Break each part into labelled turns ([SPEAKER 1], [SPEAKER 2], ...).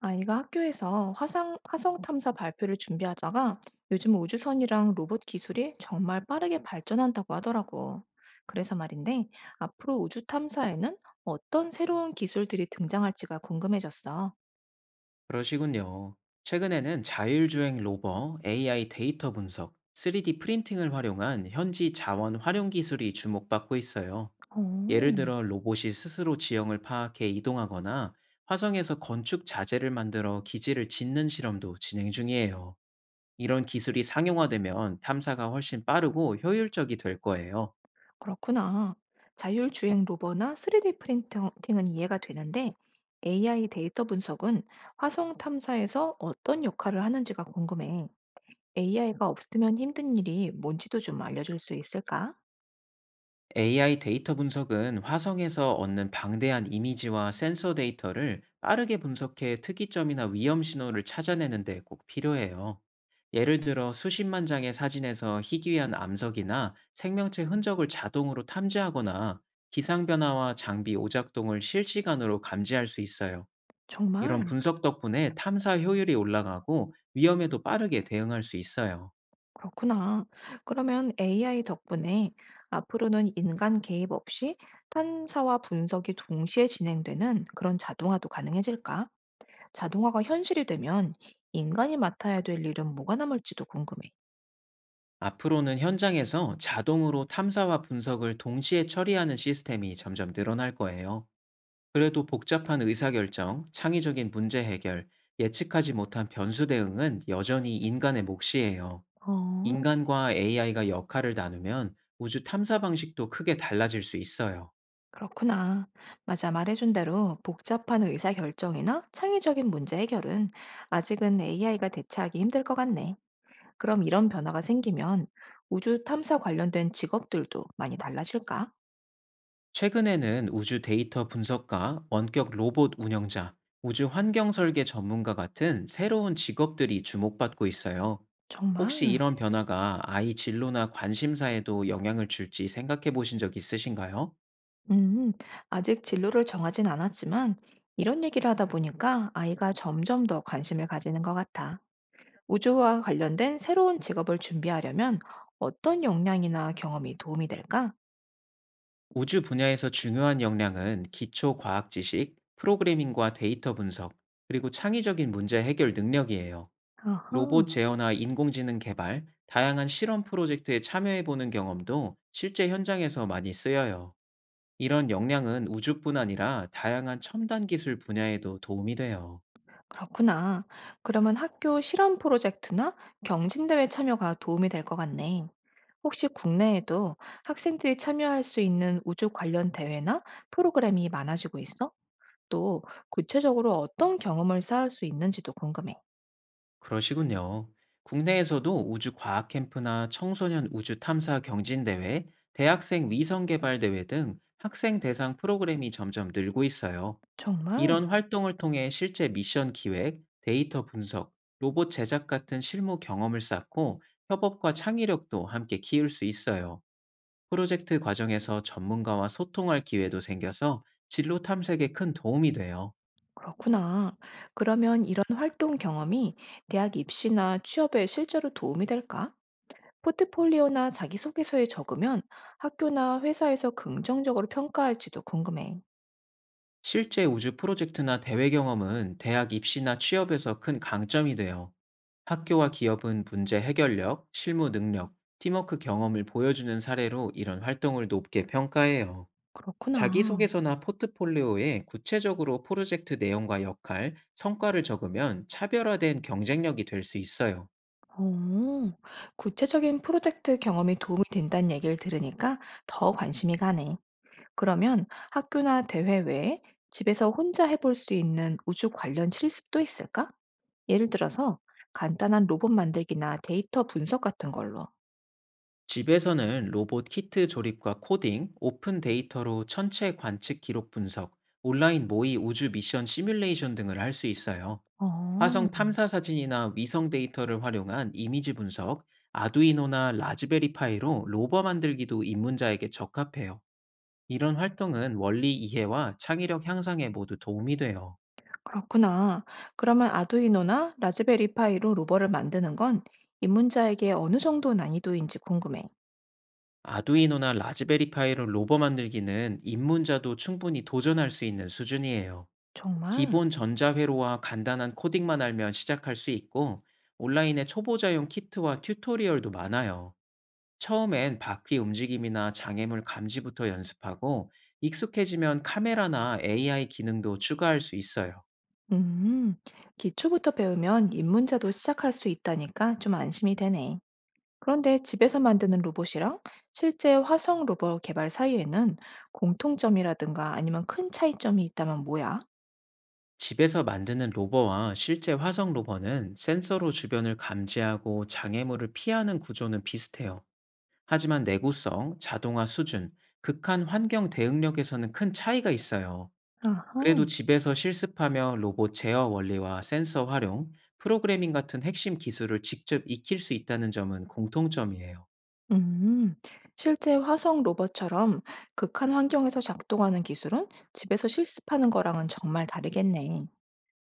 [SPEAKER 1] 아이가 학교에서 화성 탐사 발표를 준비하다가 요즘 우주선이랑 로봇 기술이 정말 빠르게 발전한다고 하더라고. 그래서 말인데, 앞으로 우주 탐사에는 어떤 새로운 기술들이 등장할지가 궁금해졌어.
[SPEAKER 2] 그러시군요. 최근에는 자율주행 로버, AI 데이터 분석, 3D 프린팅을 활용한 현지 자원 활용 기술이 주목받고 있어요. 예를
[SPEAKER 1] 오,
[SPEAKER 2] 들어 로봇이 스스로 지형을 파악해 이동하거나 화성에서 건축 자재를 만들어 기지를 짓는 실험도 진행 중이에요. 이런 기술이 상용화되면 탐사가 훨씬 빠르고 효율적이 될 거예요.
[SPEAKER 1] 그렇구나. 자율주행 로버나 3D 프린팅은 이해가 되는데, AI 데이터 분석은 화성 탐사에서 어떤 역할을 하는지가 궁금해. AI가 없으면 힘든 일이 뭔지도 좀 알려줄 수 있을까?
[SPEAKER 2] AI 데이터 분석은 화성에서 얻는 방대한 이미지와 센서 데이터를 빠르게 분석해 특이점이나 위험 신호를 찾아내는 데 꼭 필요해요. 예를 들어 수십만 장의 사진에서 희귀한 암석이나 생명체 흔적을 자동으로 탐지하거나 기상 변화와 장비 오작동을 실시간으로 감지할 수 있어요. 이런
[SPEAKER 1] 정말?
[SPEAKER 2] 분석 덕분에 탐사 효율이 올라가고 위험에도 빠르게 대응할 수 있어요.
[SPEAKER 1] 그렇구나. 그러면 AI 덕분에 앞으로는 인간 개입 없이 탐사와 분석이 동시에 진행되는 그런 자동화도 가능해질까? 자동화가 현실이 되면 인간이 맡아야 될 일은 뭐가 남을지도 궁금해.
[SPEAKER 2] 앞으로는 현장에서 자동으로 탐사와 분석을 동시에 처리하는 시스템이 점점 늘어날 거예요. 그래도 복잡한 의사결정, 창의적인 문제 해결, 예측하지 못한 변수 대응은 여전히 인간의 몫이에요.
[SPEAKER 1] 어,
[SPEAKER 2] 인간과 AI가 역할을 나누면 우주 탐사 방식도 크게 달라질 수 있어요.
[SPEAKER 1] 그렇구나. 맞아. 말해준 대로 복잡한 의사결정이나 창의적인 문제 해결은 아직은 AI가 대체하기 힘들 것 같네. 그럼 이런 변화가 생기면 우주 탐사 관련된 직업들도 많이 달라질까?
[SPEAKER 2] 최근에는 우주 데이터 분석가, 원격 로봇 운영자, 우주 환경 설계 전문가 같은 새로운 직업들이 주목받고 있어요. 혹시
[SPEAKER 1] 정말?
[SPEAKER 2] 이런 변화가 아이 진로나 관심사에도 영향을 줄지 생각해 보신 적 있으신가요?
[SPEAKER 1] 음, 아직 진로를 정하진 않았지만 이런 얘기를 하다 보니까 아이가 점점 더 관심을 가지는 것 같아. 우주와 관련된 새로운 직업을 준비하려면 어떤 역량이나 경험이 도움이 될까?
[SPEAKER 2] 우주 분야에서 중요한 역량은 기초 과학 지식, 프로그래밍과 데이터 분석, 그리고 창의적인 문제 해결 능력이에요. 로봇
[SPEAKER 1] 아하,
[SPEAKER 2] 제어나 인공지능 개발, 다양한 실험 프로젝트에 참여해 보는 경험도 실제 현장에서 많이 쓰여요. 이런 역량은 우주뿐 아니라 다양한 첨단 기술 분야에도 도움이 돼요.
[SPEAKER 1] 그렇구나. 그러면 학교 실험 프로젝트나 경진대회 참여가 도움이 될 것 같네. 혹시 국내에도 학생들이 참여할 수 있는 우주 관련 대회나 프로그램이 많아지고 있어? 또 구체적으로 어떤 경험을 쌓을 수 있는지도 궁금해.
[SPEAKER 2] 그러시군요. 국내에서도 우주 과학 캠프나 청소년 우주 탐사 경진 대회, 대학생 위성 개발 대회 등 학생 대상 프로그램이 점점 늘고 있어요.
[SPEAKER 1] 정말?
[SPEAKER 2] 이런 활동을 통해 실제 미션 기획, 데이터 분석, 로봇 제작 같은 실무 경험을 쌓고 협업과 창의력도 함께 키울 수 있어요. 프로젝트 과정에서 전문가와 소통할 기회도 생겨서 진로 탐색에 큰 도움이 돼요.
[SPEAKER 1] 그렇구나. 그러면 이런 활동 경험이 대학 입시나 취업에 실제로 도움이 될까? 포트폴리오나 자기소개서에 적으면 학교나 회사에서 긍정적으로 평가할지도 궁금해.
[SPEAKER 2] 실제 우주 프로젝트나 대회 경험은 대학 입시나 취업에서 큰 강점이 돼요. 학교와 기업은 문제 해결력, 실무 능력, 팀워크 경험을 보여주는 사례로 이런 활동을 높게 평가해요.
[SPEAKER 1] 그렇구나.
[SPEAKER 2] 자기소개서나 포트폴리오에 구체적으로 프로젝트 내용과 역할, 성과를 적으면 차별화된 경쟁력이 될 수 있어요.
[SPEAKER 1] 오, 구체적인 프로젝트 경험이 도움이 된다는 얘기를 들으니까 더 관심이 가네. 그러면 학교나 대회 외에 집에서 혼자 해볼 수 있는 우주 관련 실습도 있을까? 예를 들어서 간단한 로봇 만들기나 데이터 분석 같은 걸로.
[SPEAKER 2] 집에서는 로봇 키트 조립과 코딩, 오픈 데이터로 천체 관측 기록 분석, 온라인 모의 우주 미션 시뮬레이션 등을 할 수 있어요.
[SPEAKER 1] 어,
[SPEAKER 2] 화성 탐사 사진이나 위성 데이터를 활용한 이미지 분석, 아두이노나 라즈베리 파이로 로버 만들기도 입문자에게 적합해요. 이런 활동은 원리 이해와 창의력 향상에 모두 도움이 돼요.
[SPEAKER 1] 그렇구나. 그러면 아두이노나 라즈베리 파이로 로봇을 만드는 건 입문자에게 어느 정도 난이도인지 궁금해.
[SPEAKER 2] 아두이노나 라즈베리 파이로 로버 만들기는 입문자도 충분히 도전할 수 있는 수준이에요.
[SPEAKER 1] 정말?
[SPEAKER 2] 기본 전자회로와 간단한 코딩만 알면 시작할 수 있고 온라인에 초보자용 키트와 튜토리얼도 많아요. 처음엔 바퀴 움직임이나 장애물 감지부터 연습하고 익숙해지면 카메라나 AI 기능도 추가할 수 있어요.
[SPEAKER 1] 음, 기초부터 배우면 입문자도 시작할 수 있다니까 좀 안심이 되네. 그런데 집에서 만드는 로봇이랑 실제 화성 로봇 개발 사이에는 공통점이라든가 아니면 큰 차이점이 있다면 뭐야?
[SPEAKER 2] 집에서 만드는 로버와 실제 화성 로버는 센서로 주변을 감지하고 장애물을 피하는 구조는 비슷해요. 하지만 내구성, 자동화 수준, 극한 환경 대응력에서는 큰 차이가 있어요.
[SPEAKER 1] 아하.
[SPEAKER 2] 그래도 집에서 실습하며 로봇 제어 원리와 센서 활용, 프로그래밍 같은 핵심 기술을 직접 익힐 수 있다는 점은 공통점이에요.
[SPEAKER 1] 음, 실제 화성 로봇처럼 극한 환경에서 작동하는 기술은 집에서 실습하는 거랑은 정말 다르겠네.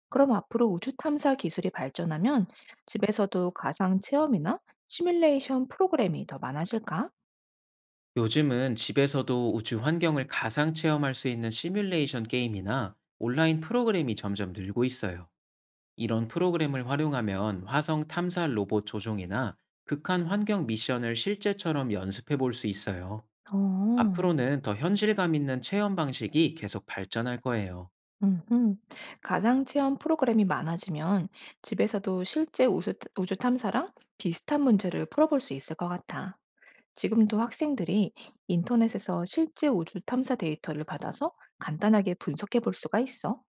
[SPEAKER 1] 그럼 앞으로 우주 탐사 기술이 발전하면 집에서도 가상 체험이나 시뮬레이션 프로그램이 더 많아질까?
[SPEAKER 2] 요즘은 집에서도 우주 환경을 가상 체험할 수 있는 시뮬레이션 게임이나 온라인 프로그램이 점점 늘고 있어요. 이런 프로그램을 활용하면 화성 탐사 로봇 조종이나 극한 환경 미션을 실제처럼 연습해 볼 수 있어요.
[SPEAKER 1] 어,
[SPEAKER 2] 앞으로는 더 현실감 있는 체험 방식이 계속 발전할 거예요.
[SPEAKER 1] 음, 가상 체험 프로그램이 많아지면 집에서도 실제 우주 탐사랑 비슷한 문제를 풀어볼 수 있을 것 같아. 지금도 학생들이 인터넷에서 실제 우주 탐사 데이터를 받아서 간단하게 분석해 볼 수가 있어.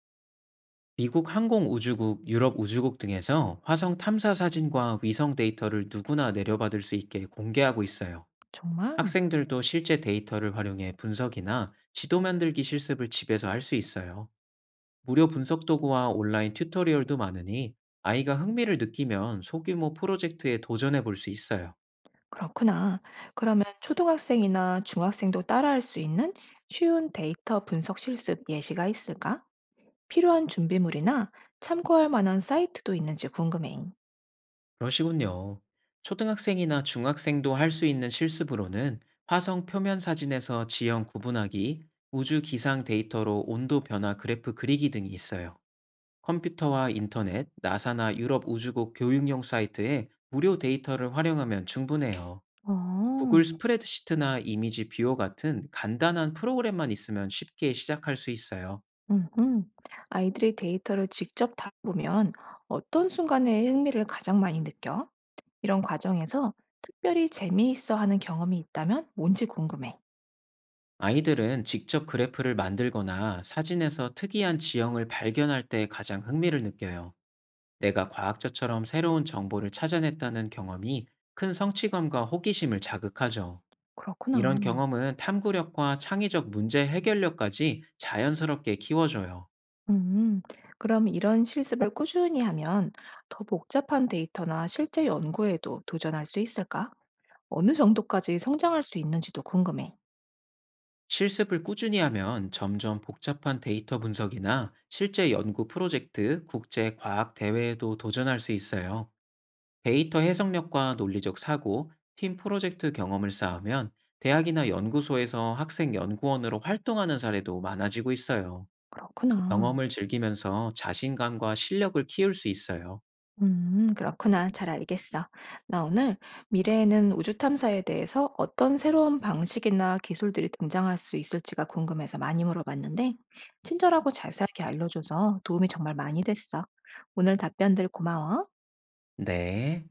[SPEAKER 2] 미국 항공우주국, 유럽우주국 등에서 화성 탐사 사진과 위성 데이터를 누구나 내려받을 수 있게 공개하고 있어요.
[SPEAKER 1] 정말?
[SPEAKER 2] 학생들도 실제 데이터를 활용해 분석이나 지도 만들기 실습을 집에서 할 수 있어요. 무료 분석 도구와 온라인 튜토리얼도 많으니 아이가 흥미를 느끼면 소규모 프로젝트에 도전해 볼 수 있어요.
[SPEAKER 1] 그렇구나. 그러면 초등학생이나 중학생도 따라할 수 있는 쉬운 데이터 분석 실습 예시가 있을까? 필요한 준비물이나 참고할 만한 사이트도 있는지 궁금해.
[SPEAKER 2] 그러시군요. 초등학생이나 중학생도 할 수 있는 실습으로는 화성 표면 사진에서 지형 구분하기, 우주 기상 데이터로 온도 변화 그래프 그리기 등이 있어요. 컴퓨터와 인터넷, 나사나 유럽 우주국 교육용 사이트에 무료 데이터를 활용하면 충분해요.
[SPEAKER 1] 어,
[SPEAKER 2] 구글 스프레드시트나 이미지 뷰어 같은 간단한 프로그램만 있으면 쉽게 시작할 수 있어요.
[SPEAKER 1] 음흠. 아이들이 데이터를 직접 다보면 어떤 순간에 흥미를 가장 많이 느껴? 이런 과정에서 특별히 재미있어 하는 경험이 있다면 뭔지 궁금해.
[SPEAKER 2] 아이들은 직접 그래프를 만들거나 사진에서 특이한 지형을 발견할 때 가장 흥미를 느껴요. 내가 과학자처럼 새로운 정보를 찾아냈다는 경험이 큰 성취감과 호기심을 자극하죠. 이런
[SPEAKER 1] 그렇구나.
[SPEAKER 2] 경험은 탐구력과 창의적 문제 해결력까지 자연스럽게 키워줘요.
[SPEAKER 1] 음, 그럼 이런 실습을 꾸준히 하면 더 복잡한 데이터나 실제 연구에도 도전할 수 있을까? 어느 정도까지 성장할 수 있는지도 궁금해.
[SPEAKER 2] 실습을 꾸준히 하면 점점 복잡한 데이터 분석이나 실제 연구 프로젝트, 국제 과학 대회에도 도전할 수 있어요. 데이터 해석력과 논리적 사고, 팀 프로젝트 경험을 쌓으면 대학이나 연구소에서 학생 연구원으로 활동하는 사례도 많아지고 있어요.
[SPEAKER 1] 그렇구나.
[SPEAKER 2] 경험을 즐기면서 자신감과 실력을 키울 수 있어요.
[SPEAKER 1] 그렇구나. 잘 알겠어. 나 오늘 미래에는 우주 탐사에 대해서 어떤 새로운 방식이나 기술들이 등장할 수 있을지가 궁금해서 많이 물어봤는데, 친절하고 자세하게 알려줘서 도움이 정말 많이 됐어. 오늘 답변들 고마워.
[SPEAKER 2] 네.